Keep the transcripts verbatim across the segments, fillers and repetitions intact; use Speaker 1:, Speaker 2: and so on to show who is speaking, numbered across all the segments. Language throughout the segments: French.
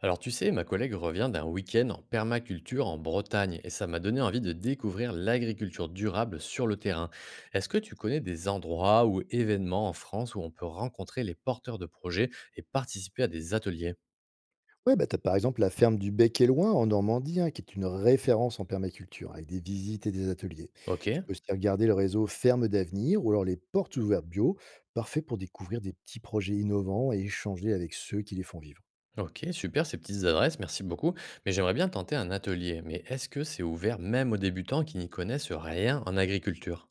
Speaker 1: Alors tu sais, ma collègue revient d'un week-end en permaculture en Bretagne et ça m'a donné envie de découvrir l'agriculture durable sur le terrain. Est-ce que tu connais des endroits ou événements en France où on peut rencontrer les porteurs de projets et participer à des ateliers?
Speaker 2: Ouais, bah, t'as par exemple la ferme du Bec et Loin en Normandie, hein, qui est une référence en permaculture, avec des visites et des ateliers.
Speaker 1: Ok,
Speaker 2: Tu peux aussi regarder le réseau Ferme d'avenir ou alors les portes ouvertes bio, parfait pour découvrir des petits projets innovants et échanger avec ceux qui les font vivre.
Speaker 1: ok, super ces petites adresses, merci beaucoup. Mais j'aimerais bien tenter un atelier. Mais est-ce que c'est ouvert même aux débutants qui n'y connaissent rien en agriculture?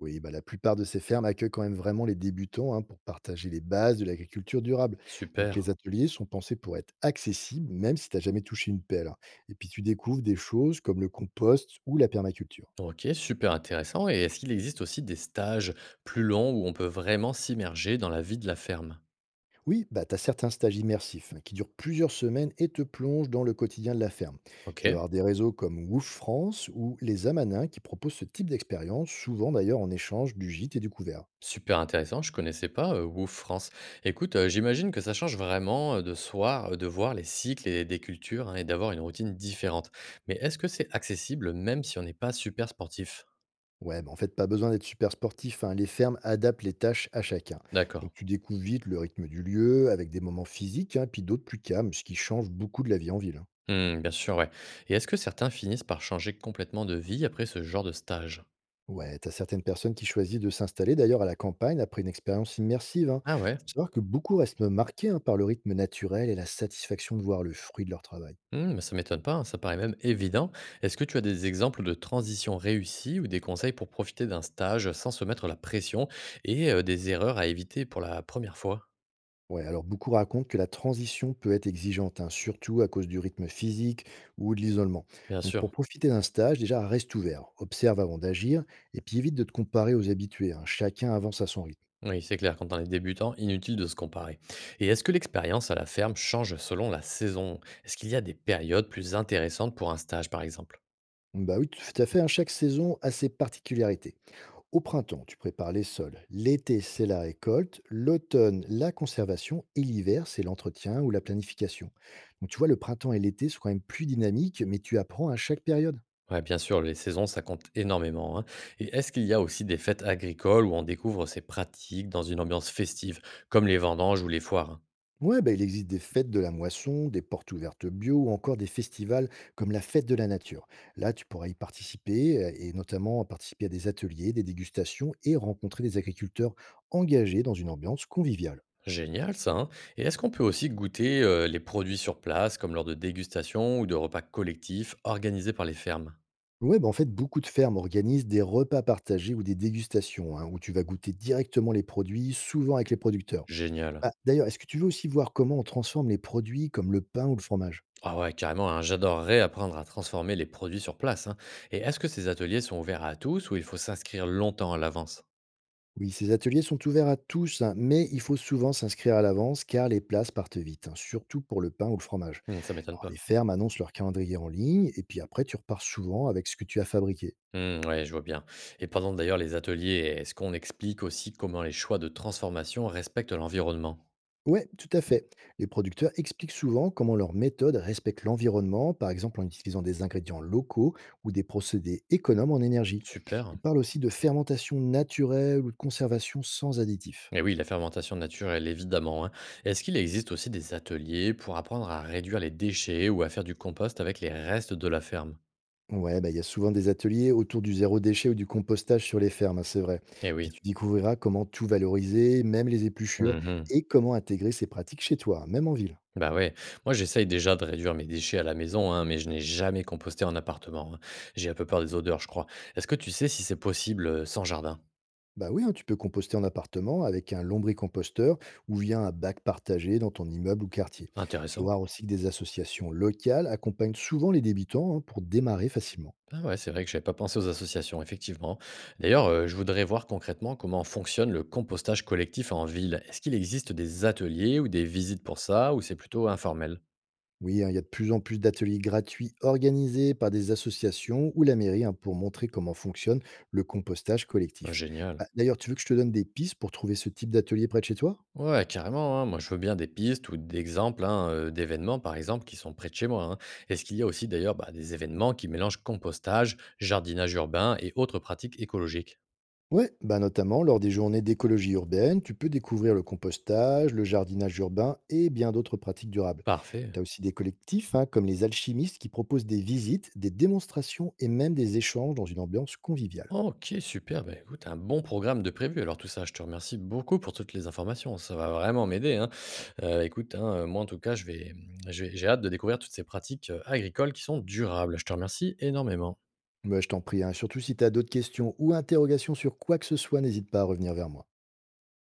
Speaker 2: Oui, bah, la plupart de ces fermes accueillent quand même vraiment les débutants, hein, pour partager les bases de l'agriculture durable. Donc
Speaker 1: Super.
Speaker 2: les ateliers sont pensés pour être accessibles, même si t'as jamais touché une pelle, hein. Et puis tu découvres des choses comme le compost ou la permaculture.
Speaker 1: OK, super intéressant, et est-ce qu'il existe aussi des stages plus longs où on peut vraiment s'immerger dans la vie de la ferme?
Speaker 2: Oui, bah, tu as certains stages immersifs, hein, qui durent plusieurs semaines et te plongent dans le quotidien de la ferme. Tu vas
Speaker 1: OK,
Speaker 2: avoir des réseaux comme Woof France ou les Amanins qui proposent ce type d'expérience, souvent d'ailleurs en échange du gîte et du couvert.
Speaker 1: super intéressant, je connaissais pas, heu, W O F France. Écoute, heu, j'imagine que ça change vraiment, heu, de soir euh, de voir les cycles et des cultures, hein, et d'avoir une routine différente. Mais est-ce que c'est accessible même si on n'est pas super sportif?
Speaker 2: Ouais, bah, en fait, pas besoin d'être super sportif, hein, les fermes adaptent les tâches à chacun.
Speaker 1: D'accord.
Speaker 2: Donc tu découvres vite le rythme du lieu avec des moments physiques, hein, puis d'autres plus calmes, ce qui change beaucoup de la vie en ville, hein.
Speaker 1: Mmh, bien sûr, ouais. Et est-ce que certains finissent par changer complètement de vie après ce genre de stage?
Speaker 2: Ouais, t'as certaines personnes qui choisissent de s'installer d'ailleurs à la campagne après une expérience immersive, hein.
Speaker 1: Ah ouais?
Speaker 2: Faut savoir que beaucoup restent marqués, hein, par le rythme naturel et la satisfaction de voir le fruit de leur travail.
Speaker 1: Mmh, mais ça m'étonne pas, hein, ça paraît même évident. Est-ce que tu as des exemples de transitions réussies ou des conseils pour profiter d'un stage sans se mettre la pression et euh, des erreurs à éviter pour la première fois?
Speaker 2: Ouais, alors beaucoup racontent que la transition peut être exigeante, hein, surtout à cause du rythme physique ou de l'isolement.
Speaker 1: Bien
Speaker 2: Donc pour
Speaker 1: sûr.
Speaker 2: profiter d'un stage, déjà reste ouvert, observe avant d'agir, et puis évite de te comparer aux habitués, hein. Chacun avance à son rythme.
Speaker 1: Oui, c'est clair, quand on est débutant, inutile de se comparer. Et est-ce que l'expérience à la ferme change selon la saison? Est-ce qu'il y a des périodes plus intéressantes pour un stage, par exemple?
Speaker 2: Bah oui, tout à fait, hein, chaque saison a ses particularités. Au printemps, tu prépares les sols. L'été, c'est la récolte. L'automne, la conservation. Et l'hiver, c'est l'entretien ou la planification. Donc, tu vois, le printemps et l'été sont quand même plus dynamiques, mais tu apprends à chaque période.
Speaker 1: Ouais, bien sûr, les saisons, ça compte énormément, hein. Et est-ce qu'il y a aussi des fêtes agricoles où on découvre ces pratiques dans une ambiance festive, comme les vendanges ou les foires, hein?
Speaker 2: Ouais, bah, il existe des fêtes de la moisson, des portes ouvertes bio ou encore des festivals comme la fête de la nature. Là, tu pourras y participer euh, et notamment participer à des ateliers, des dégustations et rencontrer des agriculteurs engagés dans une ambiance conviviale.
Speaker 1: Génial ça, hein. Et est-ce qu'on peut aussi goûter, heu, les produits sur place, comme lors de dégustations ou de repas collectifs organisés par les fermes?
Speaker 2: Ouais, bah, en fait, beaucoup de fermes organisent des repas partagés ou des dégustations, hein, où tu vas goûter directement les produits, souvent avec les producteurs.
Speaker 1: Génial.
Speaker 2: Bah, d'ailleurs, est-ce que tu veux aussi voir comment on transforme les produits comme le pain ou le fromage?
Speaker 1: Ah ouais, carrément, hein, j'adorerais apprendre à transformer les produits sur place, hein. Et est-ce que ces ateliers sont ouverts à tous ou il faut s'inscrire longtemps à l'avance?
Speaker 2: Oui, ces ateliers sont ouverts à tous, hein, mais il faut souvent s'inscrire à l'avance car les places partent vite, hein, surtout pour le pain ou le fromage.
Speaker 1: Mmh, ça m'étonne
Speaker 2: Alors, les
Speaker 1: pas.
Speaker 2: fermes annoncent leur calendrier en ligne et puis après, tu repars souvent avec ce que tu as fabriqué.
Speaker 1: Mmh, ouais, je vois bien. Et pendant d'ailleurs les ateliers, est-ce qu'on explique aussi comment les choix de transformation respectent l'environnement?
Speaker 2: Ouais, tout à fait. Les producteurs expliquent souvent comment leurs méthodes respectent l'environnement, par exemple en utilisant des ingrédients locaux ou des procédés économes en énergie. Ils
Speaker 1: Super.
Speaker 2: parlent aussi de fermentation naturelle ou de conservation sans additifs.
Speaker 1: Et oui, la fermentation naturelle, évidemment, hein. Est-ce qu'il existe aussi des ateliers pour apprendre à réduire les déchets ou à faire du compost avec les restes de la ferme?
Speaker 2: Ouais, bah, il y a souvent des ateliers autour du zéro déchet ou du compostage sur les fermes, hein, c'est vrai.
Speaker 1: Eh
Speaker 2: Puis
Speaker 1: oui.
Speaker 2: tu découvriras comment tout valoriser, même les épluchures,
Speaker 1: Mhm.
Speaker 2: et comment intégrer ces pratiques chez toi, hein, même en ville.
Speaker 1: Bah ouais. Moi, j'essaye déjà de réduire mes déchets à la maison, hein, mais je n'ai jamais composté en appartement, hein. J'ai un peu peur des odeurs, je crois. Est-ce que tu sais si c'est possible euh, sans jardin?
Speaker 2: Bah oui, hein, tu peux composter en appartement avec un lombricomposteur ou via un bac partagé dans ton immeuble ou quartier. Tu
Speaker 1: Intéressant.
Speaker 2: vois aussi que des associations locales accompagnent souvent les débutants, hein, pour démarrer facilement.
Speaker 1: Ah ouais, c'est vrai que j'avais pas pensé aux associations, effectivement. D'ailleurs, euh, je voudrais voir concrètement comment fonctionne le compostage collectif en ville. Est-ce qu'il existe des ateliers ou des visites pour ça, ou c'est plutôt informel?
Speaker 2: Oui, hein, il y a de plus en plus d'ateliers gratuits organisés par des associations ou la mairie, hein, pour montrer comment fonctionne le compostage collectif.
Speaker 1: Génial.
Speaker 2: Bah, d'ailleurs, tu veux que je te donne des pistes pour trouver ce type d'atelier près de chez toi?
Speaker 1: Ouais, carrément, hein. Moi, je veux bien des pistes ou d'exemples, hein, euh, d'événements, par exemple, qui sont près de chez moi, hein. Est-ce qu'il y a aussi d'ailleurs, bah, des événements qui mélangent compostage, jardinage urbain et autres pratiques écologiques?
Speaker 2: Ouais, bah notamment lors des journées d'écologie urbaine, tu peux découvrir le compostage, le jardinage urbain et bien d'autres pratiques durables.
Speaker 1: Parfait.
Speaker 2: Tu as aussi des collectifs, hein, comme les alchimistes qui proposent des visites, des démonstrations et même des échanges dans une ambiance conviviale.
Speaker 1: Ok, super. Bah, écoute, un bon programme de prévu. Alors tout ça, je te remercie beaucoup pour toutes les informations. Ça va vraiment m'aider, hein. Euh, écoute, hein, euh, moi en tout cas, je vais, je vais- j'ai hâte de découvrir toutes ces pratiques euh, agricoles qui sont durables. Je te remercie énormément.
Speaker 2: Mais je t'en prie, hein, surtout si tu as d'autres questions ou interrogations sur quoi que ce soit, n'hésite pas à revenir vers moi.